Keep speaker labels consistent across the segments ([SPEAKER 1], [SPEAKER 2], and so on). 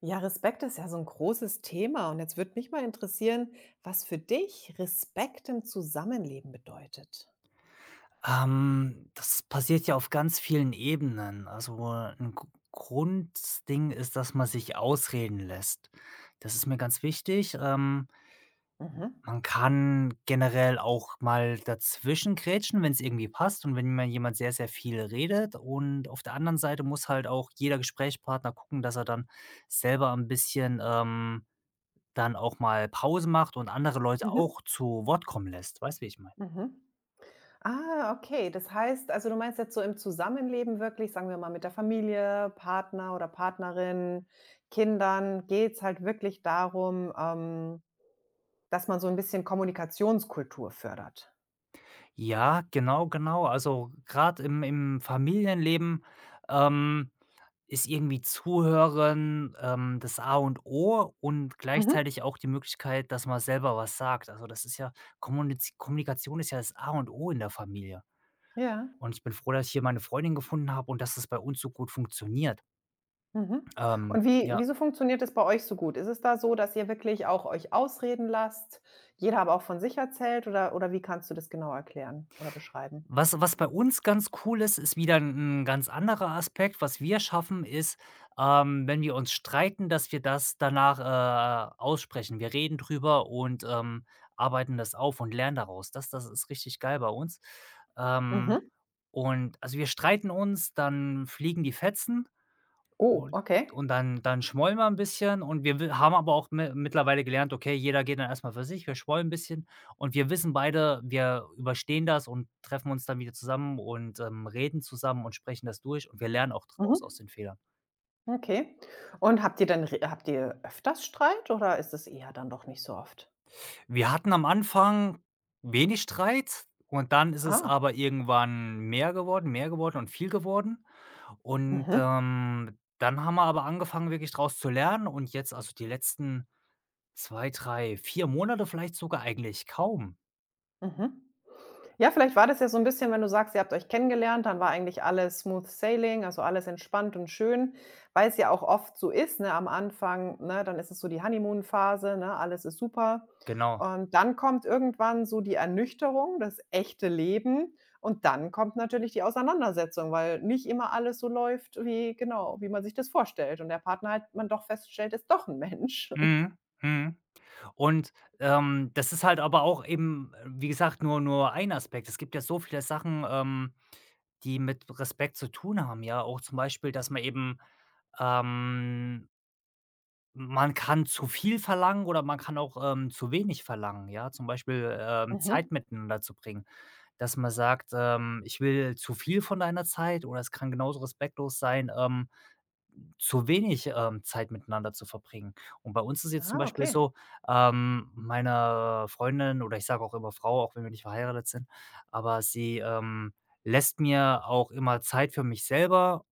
[SPEAKER 1] Ja, Respekt ist ja so ein großes Thema und jetzt würde mich mal interessieren, was für dich Respekt im Zusammenleben bedeutet?
[SPEAKER 2] Das passiert ja auf ganz vielen Ebenen. Also, ein Gr Grundding ist, dass man sich ausreden lässt. Das ist mir ganz wichtig.
[SPEAKER 1] Mhm.
[SPEAKER 2] Man kann generell auch mal dazwischen grätschen, wenn es irgendwie passt und wenn mal jemand sehr, sehr viel redet. Und auf der anderen Seite muss halt auch jeder Gesprächspartner gucken, dass er dann selber ein bisschen, dann auch mal Pause macht und andere Leute
[SPEAKER 1] Mhm.
[SPEAKER 2] auch zu Wort kommen lässt. Weißt, du, wie ich meine?
[SPEAKER 1] Mhm. Ah, okay. Das heißt also, du meinst jetzt so im Zusammenleben wirklich, sagen wir mal mit der Familie, Partner oder Partnerin, Kindern, geht's halt wirklich darum, dass man so ein bisschen Kommunikationskultur fördert?
[SPEAKER 2] Ja, genau, genau. Also, gerade im Familienleben, ähm, ist irgendwie Zuhören, das A und O und
[SPEAKER 1] Mhm.
[SPEAKER 2] gleichzeitig auch die Möglichkeit, dass man selber was sagt. Also, das ist ja Kommuniz Kommunikation ist ja das A und O in der Familie.
[SPEAKER 1] Ja.
[SPEAKER 2] Und ich bin froh, dass ich hier meine Freundin gefunden habe und dass das bei uns so gut funktioniert.
[SPEAKER 1] Mhm.
[SPEAKER 2] Ähm,
[SPEAKER 1] Und wie
[SPEAKER 2] ja.
[SPEAKER 1] wieso funktioniert das bei euch so gut? Ist es da so, dass ihr wirklich auch euch ausreden lasst, jeder aber auch von sich erzählt oder wie kannst du das genau erklären oder beschreiben?
[SPEAKER 2] Was bei uns ganz cool ist, ist wieder ein 'n ganz anderer Aspekt. Was wir schaffen, ist, wenn wir uns streiten, dass wir das danach, aussprechen. Wir reden drüber und, arbeiten das auf und lernen daraus. Das ist richtig geil bei uns. Ähm,
[SPEAKER 1] Mhm.
[SPEAKER 2] und also, wir streiten uns, dann fliegen die Fetzen
[SPEAKER 1] Oh,
[SPEAKER 2] und
[SPEAKER 1] okay.
[SPEAKER 2] und dann schmollen wir 'n bisschen und wir wi haben aber auch mi mittlerweile gelernt, okay, jeder geht dann erst mal für sich. Wir schmollen 'n bisschen und wir wissen beide, wir überstehen das und treffen uns dann wieder zusammen und, reden zusammen und sprechen das durch und wir lernen auch draus
[SPEAKER 1] Mhm.
[SPEAKER 2] aus den Fehlern.
[SPEAKER 1] Okay. Und habt ihr dann re habt ihr öfters Streit oder ist es eher dann doch nicht so oft?
[SPEAKER 2] Wir hatten am Anfang wenig Streit und dann ist es
[SPEAKER 1] Ah,
[SPEAKER 2] aber irgendwann mehr geworden und viel geworden. Und,
[SPEAKER 1] mhm,
[SPEAKER 2] dann haben wir aber angefangen, wirklich draus zu lernen und jetzt also die letzten 2 3 4 Monate vielleicht sogar eigentlich kaum.
[SPEAKER 1] mhm. Ja, vielleicht war das ja so ein bisschen, wenn du sagst, ihr habt euch kennengelernt, dann war eigentlich alles smooth sailing, also alles entspannt und schön, weil es ja auch oft so ist, ne, am Anfang, ne, dann ist es so die Honeymoon-Phase, ne, alles ist super.
[SPEAKER 2] Genau.
[SPEAKER 1] Und dann kommt irgendwann so die Ernüchterung, das echte Leben und dann kommt natürlich die Auseinandersetzung, weil nicht immer alles so läuft wie genau, wie man sich das vorstellt und der Partner halt man doch feststellt, ist doch ein Mensch.
[SPEAKER 2] Mhm, mhm. Und, das ist halt aber auch eben, wie gesagt, nur ein Aspekt. Es gibt ja so viele Sachen, die mit Respekt zu tun haben, ja. Auch zum Beispiel, dass man eben ähm, man kann zu viel verlangen oder man kann auch, zu wenig verlangen, ja. Zum Beispiel,
[SPEAKER 1] Mhm.
[SPEAKER 2] Zeit miteinander zu bringen, dass man sagt, „Ich will zu viel von deiner Zeit“ oder es kann genauso respektlos sein, zu wenig, Zeit miteinander zu verbringen. Und bei uns ist jetzt zum
[SPEAKER 1] Ah,
[SPEAKER 2] Beispiel
[SPEAKER 1] okay.
[SPEAKER 2] so, meine Freundin oder ich sage auch immer Frau, auch wenn wir nicht verheiratet sind, aber sie, lässt mir auch immer Zeit für mich selber,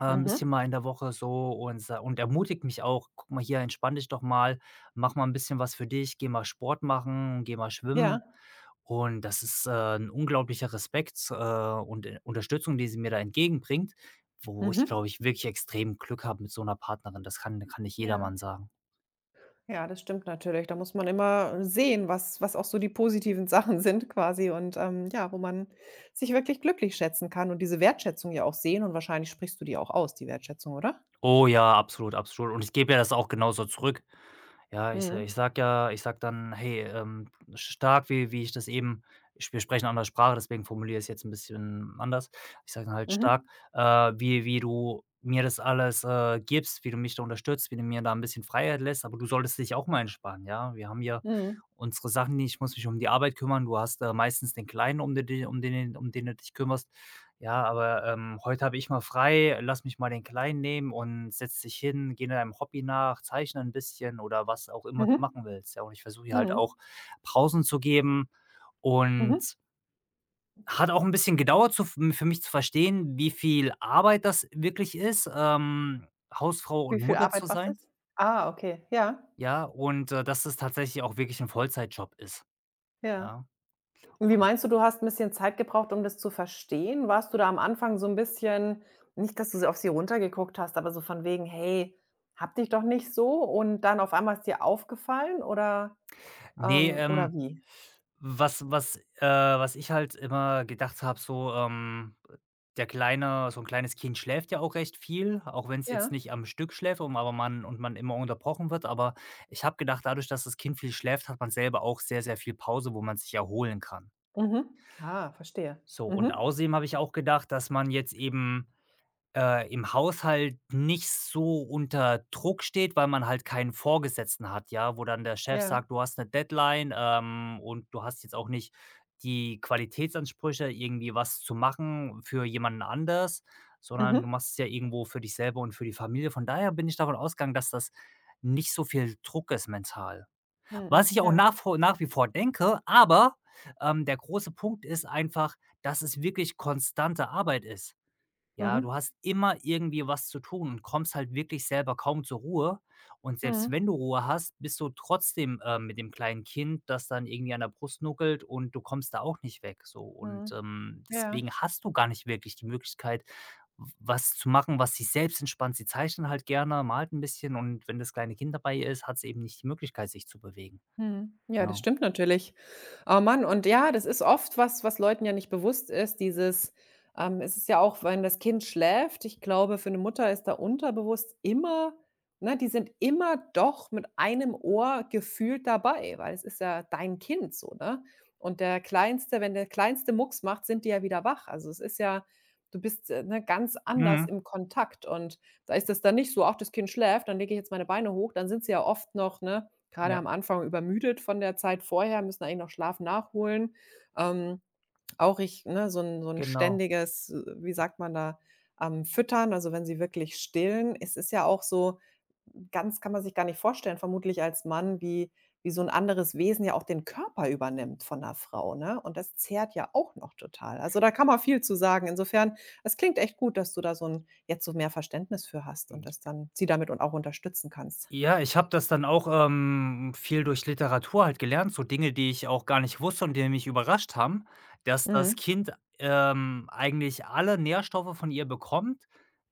[SPEAKER 2] 'n
[SPEAKER 1] Mhm.
[SPEAKER 2] bisschen mal in der Woche so und sa und ermutigt mich auch: „Guck mal hier, entspann dich doch mal, mach mal ein bisschen was für dich, geh mal Sport machen, geh mal
[SPEAKER 1] Ja.
[SPEAKER 2] schwimmen.“ Und das ist, 'n unglaublicher Respekt, und, Unterstützung, die sie mir da entgegenbringt, wo ich, glaube
[SPEAKER 1] Mhm.
[SPEAKER 2] ich, wirklich extrem Glück habe mit so einer Partnerin. Das kann nicht jedermann
[SPEAKER 1] Ja.
[SPEAKER 2] sagen.
[SPEAKER 1] Ja, das stimmt natürlich. Da muss man immer sehen, was auch so die positiven Sachen sind quasi und, ja, wo man sich wirklich glücklich schätzen kann und diese Wertschätzung ja auch sehen und wahrscheinlich sprichst du die auch aus, die Wertschätzung, oder?
[SPEAKER 2] Oh ja, absolut, absolut. Und ich gebe ja das auch genauso zurück. Ja,
[SPEAKER 1] Mhm.
[SPEAKER 2] ich sag dann: „Hey, stark, wie wie ich das eben“ ich wir sprechen 'ne andere Sprache, deswegen formuliere ich es jetzt ein bisschen anders. Ich sage dann halt: „Stark,
[SPEAKER 1] Mhm.
[SPEAKER 2] wie wie du mir das alles, gibst, wie du mich da unterstützt, wie du mir da ein bisschen Freiheit lässt, aber du solltest dich auch mal entspannen, ja? Wir haben hier
[SPEAKER 1] Mhm.
[SPEAKER 2] unsere Sachen, ich muss mich um die Arbeit kümmern. Du hast, meistens den Kleinen, um den um den du dich kümmerst. Ja, aber, heute habe ich mal frei, lass mich mal den Kleinen nehmen und setz dich hin, geh deinem Hobby nach, zeichne ein bisschen oder was auch immer du
[SPEAKER 1] Mhm.
[SPEAKER 2] machen willst, ja? Und ich versuche ihr halt
[SPEAKER 1] Mhm.
[SPEAKER 2] auch Pausen zu geben
[SPEAKER 1] Mhm.
[SPEAKER 2] und hat auch ein bisschen gedauert zu für mich zu verstehen, wie viel Arbeit das wirklich ist, Hausfrau
[SPEAKER 1] Wie
[SPEAKER 2] und
[SPEAKER 1] viel
[SPEAKER 2] Mutter zu
[SPEAKER 1] Arbeit was
[SPEAKER 2] sein,
[SPEAKER 1] ist? Ah, okay. Ja,
[SPEAKER 2] ja? Und, dass es tatsächlich auch wirklich ein Vollzeitjob ist,
[SPEAKER 1] ja.
[SPEAKER 2] ja?
[SPEAKER 1] Wie meinst du, du hast 'n bisschen Zeit gebraucht, um das zu verstehen? Warst du da am Anfang so 'n bisschen nicht, dass du so auf sie runtergeguckt hast, aber so von wegen: „Hey, hab dich doch nicht so“ und dann auf einmal ist dir aufgefallen
[SPEAKER 2] Ne,
[SPEAKER 1] oder
[SPEAKER 2] ähm
[SPEAKER 1] wie?
[SPEAKER 2] Was was äh, Was ich halt immer gedacht habe, so, der kleine so ein kleines Kind schläft ja auch recht viel, auch wenn es jetzt
[SPEAKER 1] Ja.
[SPEAKER 2] nicht am Stück schläft um aber man immer unterbrochen wird. Aber ich habe gedacht, dadurch, dass das Kind viel schläft, hat man selber auch sehr, sehr viel Pause, wo man sich erholen kann.
[SPEAKER 1] Mhm. Ah, verstehe.
[SPEAKER 2] So, und
[SPEAKER 1] Mhm.
[SPEAKER 2] außerdem habe ich auch gedacht, dass man jetzt eben im Haushalt nicht so unter Druck steht, weil man halt keinen Vorgesetzten hat, ja, wo dann der Chef
[SPEAKER 1] Ja.
[SPEAKER 2] sagt: „Du hast eine Deadline, und du hast jetzt auch nicht die Qualitätsansprüche, irgendwie was zu machen für jemanden anders, sondern du
[SPEAKER 1] Mhm.
[SPEAKER 2] machst es ja irgendwo für dich selber und für die Familie.“ Von daher bin ich davon ausgegangen, dass das nicht so viel Druck ist mental.
[SPEAKER 1] Mhm.
[SPEAKER 2] Was ich auch
[SPEAKER 1] Ja.
[SPEAKER 2] nach wie vor denke, aber, der große Punkt ist einfach, dass es wirklich konstante Arbeit ist. Ja,
[SPEAKER 1] Mhm.
[SPEAKER 2] du hast immer irgendwie was zu tun und kommst halt wirklich selber kaum zur Ruhe. Und selbst
[SPEAKER 1] Mhm.
[SPEAKER 2] wenn du Ruhe hast, bist du trotzdem, mit dem kleinen Kind, das dann irgendwie an der Brust nuckelt und du kommst da auch nicht weg so. Und,
[SPEAKER 1] Mhm. Ja.
[SPEAKER 2] deswegen hast du gar nicht wirklich die Möglichkeit, w was zu machen, was dich selbst entspannt. Sie zeichnen halt gerne, malt ein bisschen und wenn das kleine Kind dabei ist, hat sie eben nicht die Möglichkeit, sich zu bewegen.
[SPEAKER 1] Mhm. Ja, das
[SPEAKER 2] Genau.
[SPEAKER 1] stimmt natürlich. Oh Mann, und ja, das ist oft was, was Leuten ja nicht bewusst ist, dieses es ist ja auch, wenn das Kind schläft, ich glaube, für eine Mutter ist da unterbewusst immer ne, die sind immer doch mit einem Ohr gefühlt dabei, weil es ist ja dein Kind so, ne? Und der kleinste wenn der kleinste Mucks macht, sind die ja wieder wach. Also, es ist ja du bist, ne, ganz anders
[SPEAKER 2] Mhm.
[SPEAKER 1] im Kontakt und da ist es dann nicht so: „Ach, das Kind schläft, dann lege ich jetzt meine Beine hoch.“ Dann sind sie ja oft noch, ne, gerade
[SPEAKER 2] Ja,
[SPEAKER 1] am Anfang übermüdet von der Zeit vorher, müssen eigentlich noch Schlaf nachholen. Ähm, auch ich ne, so ein
[SPEAKER 2] genau.
[SPEAKER 1] ständiges, wie sagt man da, Füttern, also, wenn sie wirklich stillen. Es ist ja auch so ganz kann man sich gar nicht vorstellen, vermutlich als Mann, wie so ein anderes Wesen ja auch den Körper übernimmt von 'ner Frau, ne? Und das zehrt ja auch noch total. Also, da kann man viel zu sagen. Insofern, es klingt echt gut, dass du da so ein jetzt so mehr Verständnis für hast und das dann sie damit und auch unterstützen kannst.
[SPEAKER 2] Ja, ich habe das dann auch, viel durch Literatur halt gelernt, so Dinge, die ich auch gar nicht wusste und die mich überrascht haben, dass das
[SPEAKER 1] Mhm.
[SPEAKER 2] Kind, eigentlich alle Nährstoffe von ihr bekommt,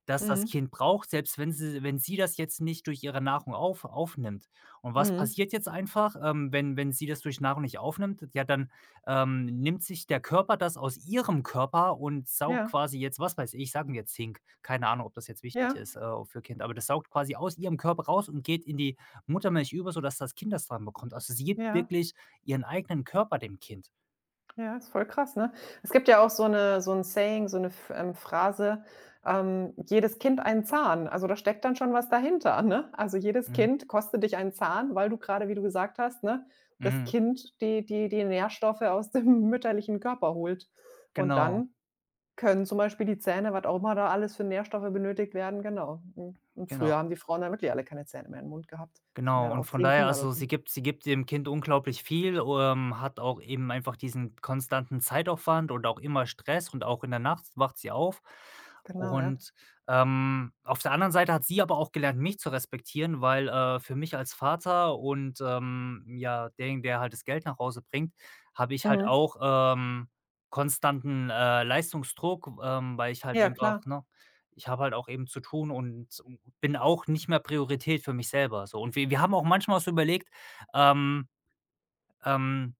[SPEAKER 2] dass das
[SPEAKER 1] Mhm.
[SPEAKER 2] Kind braucht, selbst wenn sie das jetzt nicht durch ihre Nahrung aufnimmt. Und was
[SPEAKER 1] Mhm.
[SPEAKER 2] passiert jetzt einfach, wenn sie das durch Nahrung nicht aufnimmt? Ja, dann, nimmt sich der Körper das aus ihrem Körper und saugt
[SPEAKER 1] Ja,
[SPEAKER 2] quasi jetzt, was weiß ich, sagen wir 10 keine Ahnung, ob das jetzt wichtig
[SPEAKER 1] ja,
[SPEAKER 2] ist, für Kind, aber das saugt quasi aus ihrem Körper raus und geht in die Muttermilch über, sodass das Kind das dran bekommt. Also, sie gibt
[SPEAKER 1] ja,
[SPEAKER 2] wirklich ihren eigenen Körper dem Kind.
[SPEAKER 1] ja, ist voll krass, ne? Es gibt ja auch so 'n Saying, so 'ne Ph Phrase, „Jedes Kind einen Zahn.“ Also, da steckt dann schon was dahinter, ne? Also, jedes
[SPEAKER 2] Mhm,
[SPEAKER 1] Kind kostet dich einen Zahn, weil du grade, wie du gesagt hast, ne, das
[SPEAKER 2] mhm,
[SPEAKER 1] Kind die Nährstoffe aus dem mütterlichen Körper holt. Und
[SPEAKER 2] genau,
[SPEAKER 1] dann können zum Beispiel die Zähne, was auch immer da alles für Nährstoffe benötigt werden genau. Mhm. Und früher
[SPEAKER 2] genau.
[SPEAKER 1] haben die Frauen dann wirklich alle keine Zähne mehr im Mund gehabt. Die haben ja
[SPEAKER 2] Genau,
[SPEAKER 1] dann
[SPEAKER 2] und
[SPEAKER 1] auch
[SPEAKER 2] von
[SPEAKER 1] 10
[SPEAKER 2] daher
[SPEAKER 1] Kinder
[SPEAKER 2] also,
[SPEAKER 1] bekommen.
[SPEAKER 2] sie gibt dem Kind unglaublich viel, hat auch eben einfach diesen konstanten Zeitaufwand und auch immer Stress und auch in der Nacht wacht sie auf.
[SPEAKER 1] Genau, ja.
[SPEAKER 2] Und, auf der anderen Seite hat sie aber auch gelernt, mich zu respektieren, weil, für mich als Vater und, ja, derjenige, der halt das Geld nach Hause bringt, habe ich halt
[SPEAKER 1] Mhm.
[SPEAKER 2] auch, konstanten, Leistungsdruck, weil ich halt
[SPEAKER 1] Ja, klar.
[SPEAKER 2] einfach, ne ich habe halt auch eben zu tun und bin auch nicht mehr Priorität für mich selber so. Und wir haben auch manchmal so überlegt, ähm, ähm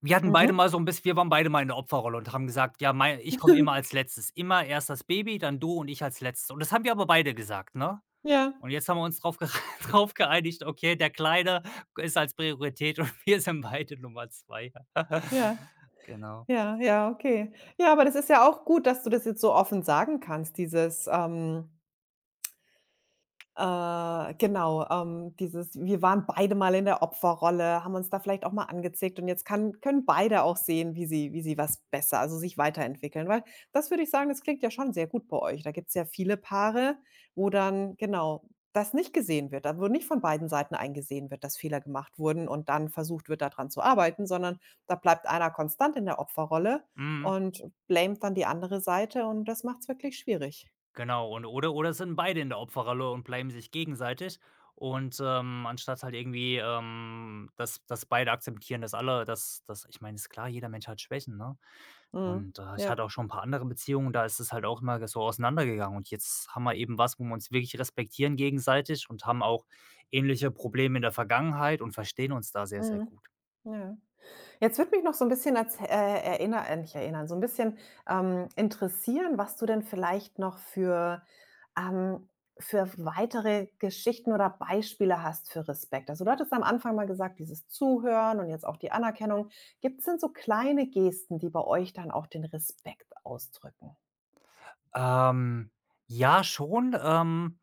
[SPEAKER 2] wir hatten beide
[SPEAKER 1] Mhm.
[SPEAKER 2] mal so ein bisschen wir waren beide mal in der Opferrolle und haben gesagt: „Ja, mei ich komme immer als Letztes. Immer erst das Baby, dann du und ich als Letztes.“ Und das haben wir aber beide gesagt, ne?
[SPEAKER 1] Ja,
[SPEAKER 2] Und jetzt haben wir uns drauf gere drauf geeinigt, okay, der Kleine ist als Priorität und wir sind beide Nummer 2
[SPEAKER 1] ja,
[SPEAKER 2] Genau.
[SPEAKER 1] ja, ja, okay. Ja, aber das ist ja auch gut, dass du das jetzt so offen sagen kannst, dieses, genau, dieses wir waren beide mal in der Opferrolle, haben uns da vielleicht auch mal angezickt und jetzt kann können beide auch sehen, wie sie was besser also, sich weiterentwickeln. Weil das würde ich sagen, das klingt ja schon sehr gut bei euch. Da gibt es ja viele Paare, wo dann genau das nicht gesehen wird, da wo nicht von beiden Seiten eingesehen wird, dass Fehler gemacht wurden und dann versucht wird, da dran zu arbeiten, sondern da bleibt einer konstant in der Opferrolle
[SPEAKER 2] Mhm.
[SPEAKER 1] und blamet dann die andere Seite und das macht es wirklich schwierig.
[SPEAKER 2] Genau, und oder es sind beide in der Opferrolle und bleiben sich gegenseitig und, anstatt halt irgendwie, dass dass beide akzeptieren, dass alle dass dass ich meine, ist klar, jeder Mensch hat Schwächen, ne?
[SPEAKER 1] Mhm.
[SPEAKER 2] Und, ich
[SPEAKER 1] Ja.
[SPEAKER 2] hatte auch schon ein paar andere Beziehungen, da ist es halt auch immer so auseinandergegangen und jetzt haben wir eben was, wo wir uns wirklich respektieren gegenseitig und haben auch ähnliche Probleme in der Vergangenheit und verstehen uns da sehr, sehr
[SPEAKER 1] Mhm.
[SPEAKER 2] gut.
[SPEAKER 1] Ja. Jetzt würde mich noch so ein bisschen erz erinner nicht erinnern, interessieren, was du denn vielleicht noch ähm für weitere Geschichten oder Beispiele hast für Respekt. Also, du hattest am Anfang mal gesagt, dieses Zuhören und jetzt auch die Anerkennung. Gibt es denn so kleine Gesten, die bei euch dann auch den Respekt ausdrücken?
[SPEAKER 2] Ähm, ja, schon,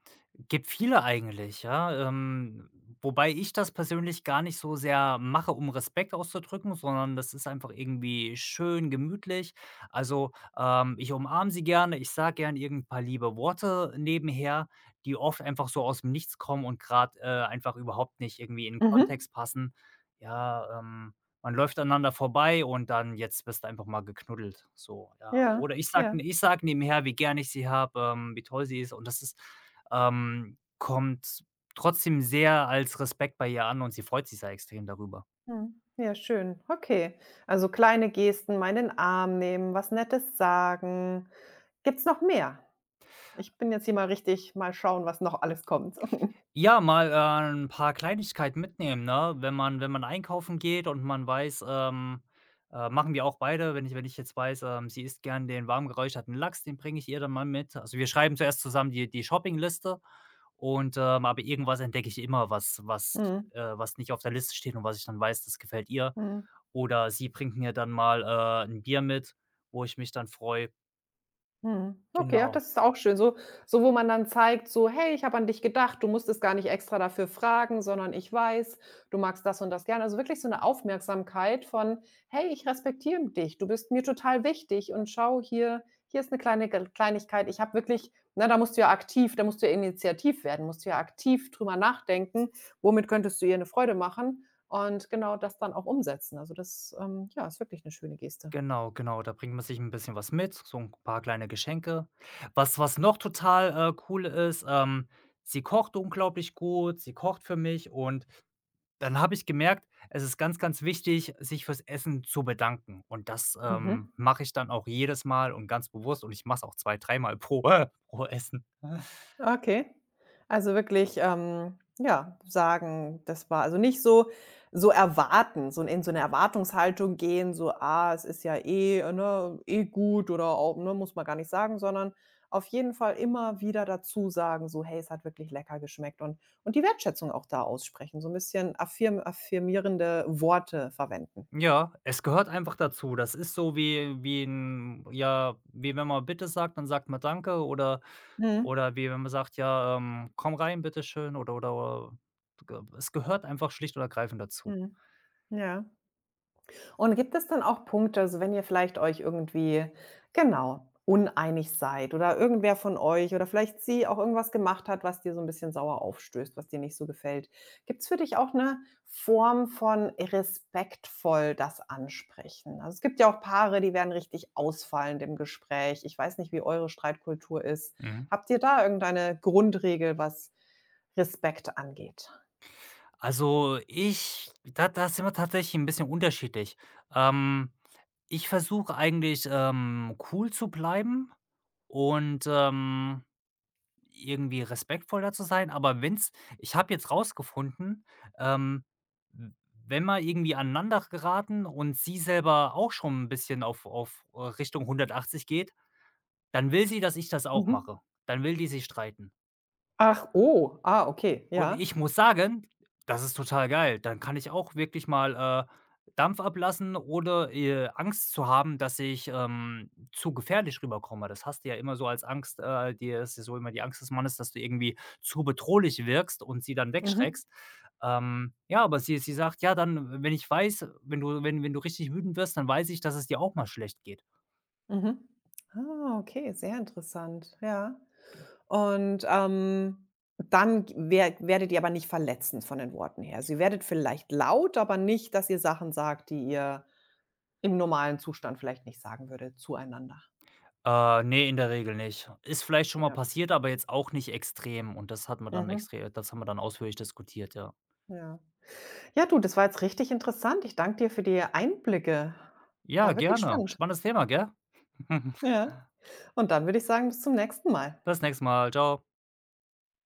[SPEAKER 2] gibt viele eigentlich, ja. Wobei ich das persönlich gar nicht so sehr mache, um Respekt auszudrücken, sondern das ist einfach irgendwie schön gemütlich. Also, ich umarme sie gerne, ich sage gerne irgend paar liebe Worte nebenher, die oft einfach so aus dem Nichts kommen und gerade einfach überhaupt nicht irgendwie in den
[SPEAKER 1] Mhm.
[SPEAKER 2] Kontext passen. Ja, man läuft aneinander vorbei und dann jetzt wirst du einfach mal geknuddelt, so, ja.
[SPEAKER 1] Ja,
[SPEAKER 2] Oder
[SPEAKER 1] ja.
[SPEAKER 2] ich sage nebenher, wie gern ich sie habe, wie toll sie ist und das ist kommt trotzdem sehr als Respekt bei ihr an und sie freut sich sehr extrem darüber.
[SPEAKER 1] Mhm. Ja, schön. Okay. Also, kleine Gesten, mal in den Arm nehmen, was Nettes sagen. Gibt's noch mehr? Ich bin jetzt hier mal richtig mal schauen, was noch alles kommt.
[SPEAKER 2] Ja, mal, 'n paar Kleinigkeiten mitnehmen, ne? Wenn man einkaufen geht und man weiß, machen wir auch beide, wenn ich jetzt weiß, sie isst gern den warm geräucherten Lachs, den bringe ich ihr dann mal mit. Also, wir schreiben zuerst zusammen die Shoppingliste. Und, aber irgendwas entdecke ich immer,
[SPEAKER 1] Mhm,
[SPEAKER 2] was nicht auf der Liste steht und was ich dann weiß, das gefällt ihr.
[SPEAKER 1] mhm.
[SPEAKER 2] Oder sie bringt mir dann mal, 'n Bier mit, wo ich mich dann freue.
[SPEAKER 1] Mhm. Okay, ach,
[SPEAKER 2] Genau,
[SPEAKER 1] das ist auch schön. So, wo man dann zeigt, so: „Hey, ich habe an dich gedacht. Du musstest gar nicht extra dafür fragen, sondern ich weiß, du magst das und das gerne.“ Also, wirklich so eine Aufmerksamkeit von: „Hey, ich respektiere dich. Du bist mir total wichtig und schau hier, hier ist eine kleine Gel Kleinigkeit.“ Ich habe wirklich na, da musst du ja initiativ werden, musst du ja aktiv drüber nachdenken, womit könntest du ihr eine Freude machen und genau das dann auch umsetzen. Also, das, ja, ist wirklich eine schöne Geste.
[SPEAKER 2] genau. Da bringt man sich ein bisschen was mit, so ein paar kleine Geschenke. Was noch total, cool ist, sie kocht unglaublich gut, sie kocht für mich und dann habe ich gemerkt, es ist ganz, ganz wichtig, sich fürs Essen zu bedanken. Und das,
[SPEAKER 1] Mhm.
[SPEAKER 2] mache ich dann auch jedes Mal und ganz bewusst und ich mache es auch zwei dreimal pro pro Essen.
[SPEAKER 1] Okay. Also wirklich, ja, sagen, das war also nicht so erwarten, so in so eine Erwartungshaltung gehen, so: „Ah, es ist ja eh, ne, eh gut oder auch, ne, muss man gar nicht sagen“, sondern auf jeden Fall immer wieder dazu sagen, so: „Hey, es hat wirklich lecker geschmeckt“ und die Wertschätzung auch da aussprechen, so ein bisschen affirmierende Worte verwenden.
[SPEAKER 2] Ja, es gehört einfach dazu. Das ist so wie wie wenn man „Bitte“ sagt, dann sagt man „Danke“ oder
[SPEAKER 1] Mhm.
[SPEAKER 2] wie wenn man sagt: „Ja, komm rein, bitteschön“ oder äh, es gehört einfach schlicht und ergreifend dazu.
[SPEAKER 1] Mhm. Ja. Und gibt es dann auch Punkte, also wenn ihr vielleicht euch irgendwie, genau, uneinig seid oder irgendwer von euch oder vielleicht sie auch irgendwas gemacht hat, was dir so ein bisschen sauer aufstößt, was dir nicht so gefällt. Gibt es für dich auch eine Form von respektvoll das ansprechen? Also, es gibt ja auch Paare, die werden richtig ausfallend im Gespräch. Ich weiß nicht, wie eure Streitkultur ist.
[SPEAKER 2] Mhm.
[SPEAKER 1] Habt ihr da irgendeine Grundregel, was Respekt angeht?
[SPEAKER 2] Also, ich da sind wir tatsächlich ein bisschen unterschiedlich. Ähm, Ich versuche eigentlich, cool zu bleiben und, irgendwie respektvoller zu sein, aber wenn's ich habe jetzt rausgefunden, ähm, w wenn wir irgendwie aneinander geraten und sie selber auch schon ein bisschen auf Richtung 180 geht, dann will sie, dass ich das auch
[SPEAKER 1] Mhm.
[SPEAKER 2] mache. Dann will die sich streiten.
[SPEAKER 1] Ach, oh, ah, okay,
[SPEAKER 2] Und
[SPEAKER 1] ja.
[SPEAKER 2] ich muss sagen, das ist total geil. Dann kann ich auch wirklich mal, Dampf ablassen, ohne, Angst zu haben, dass ich, zu gefährlich rüberkomme. Das hast du ja immer so als Angst, die ist ja so immer die Angst des Mannes, dass du irgendwie zu bedrohlich wirkst und sie dann
[SPEAKER 1] Mhm.
[SPEAKER 2] wegschreckst. Ja, aber sie sagt: „Ja, dann, wenn ich weiß wenn du richtig wütend wirst, dann weiß ich, dass es dir auch mal schlecht geht.“
[SPEAKER 1] Mhm. Ah, okay, sehr interessant, ja. Und, dann g wer werdet ihr aber nicht verletzend von den Worten her. Also, ihr werdet vielleicht laut, aber nicht, dass ihr Sachen sagt, die ihr im normalen Zustand vielleicht nicht sagen würdet zueinander.
[SPEAKER 2] Ne, in der Regel nicht. Ist vielleicht schon mal
[SPEAKER 1] Ja.
[SPEAKER 2] passiert, aber jetzt auch nicht extrem und das hat man dann
[SPEAKER 1] Mhm.
[SPEAKER 2] extrem, das haben wir dann ausführlich diskutiert, ja.
[SPEAKER 1] Ja. Ja, du, das war jetzt richtig interessant. Ich danke dir für die Einblicke.
[SPEAKER 2] Ja,
[SPEAKER 1] War wirklich
[SPEAKER 2] gerne.
[SPEAKER 1] spannend.
[SPEAKER 2] Spannendes Thema, gell?
[SPEAKER 1] Ja. Und dann würde ich sagen, bis zum nächsten Mal.
[SPEAKER 2] Bis nächstes Mal. Ciao.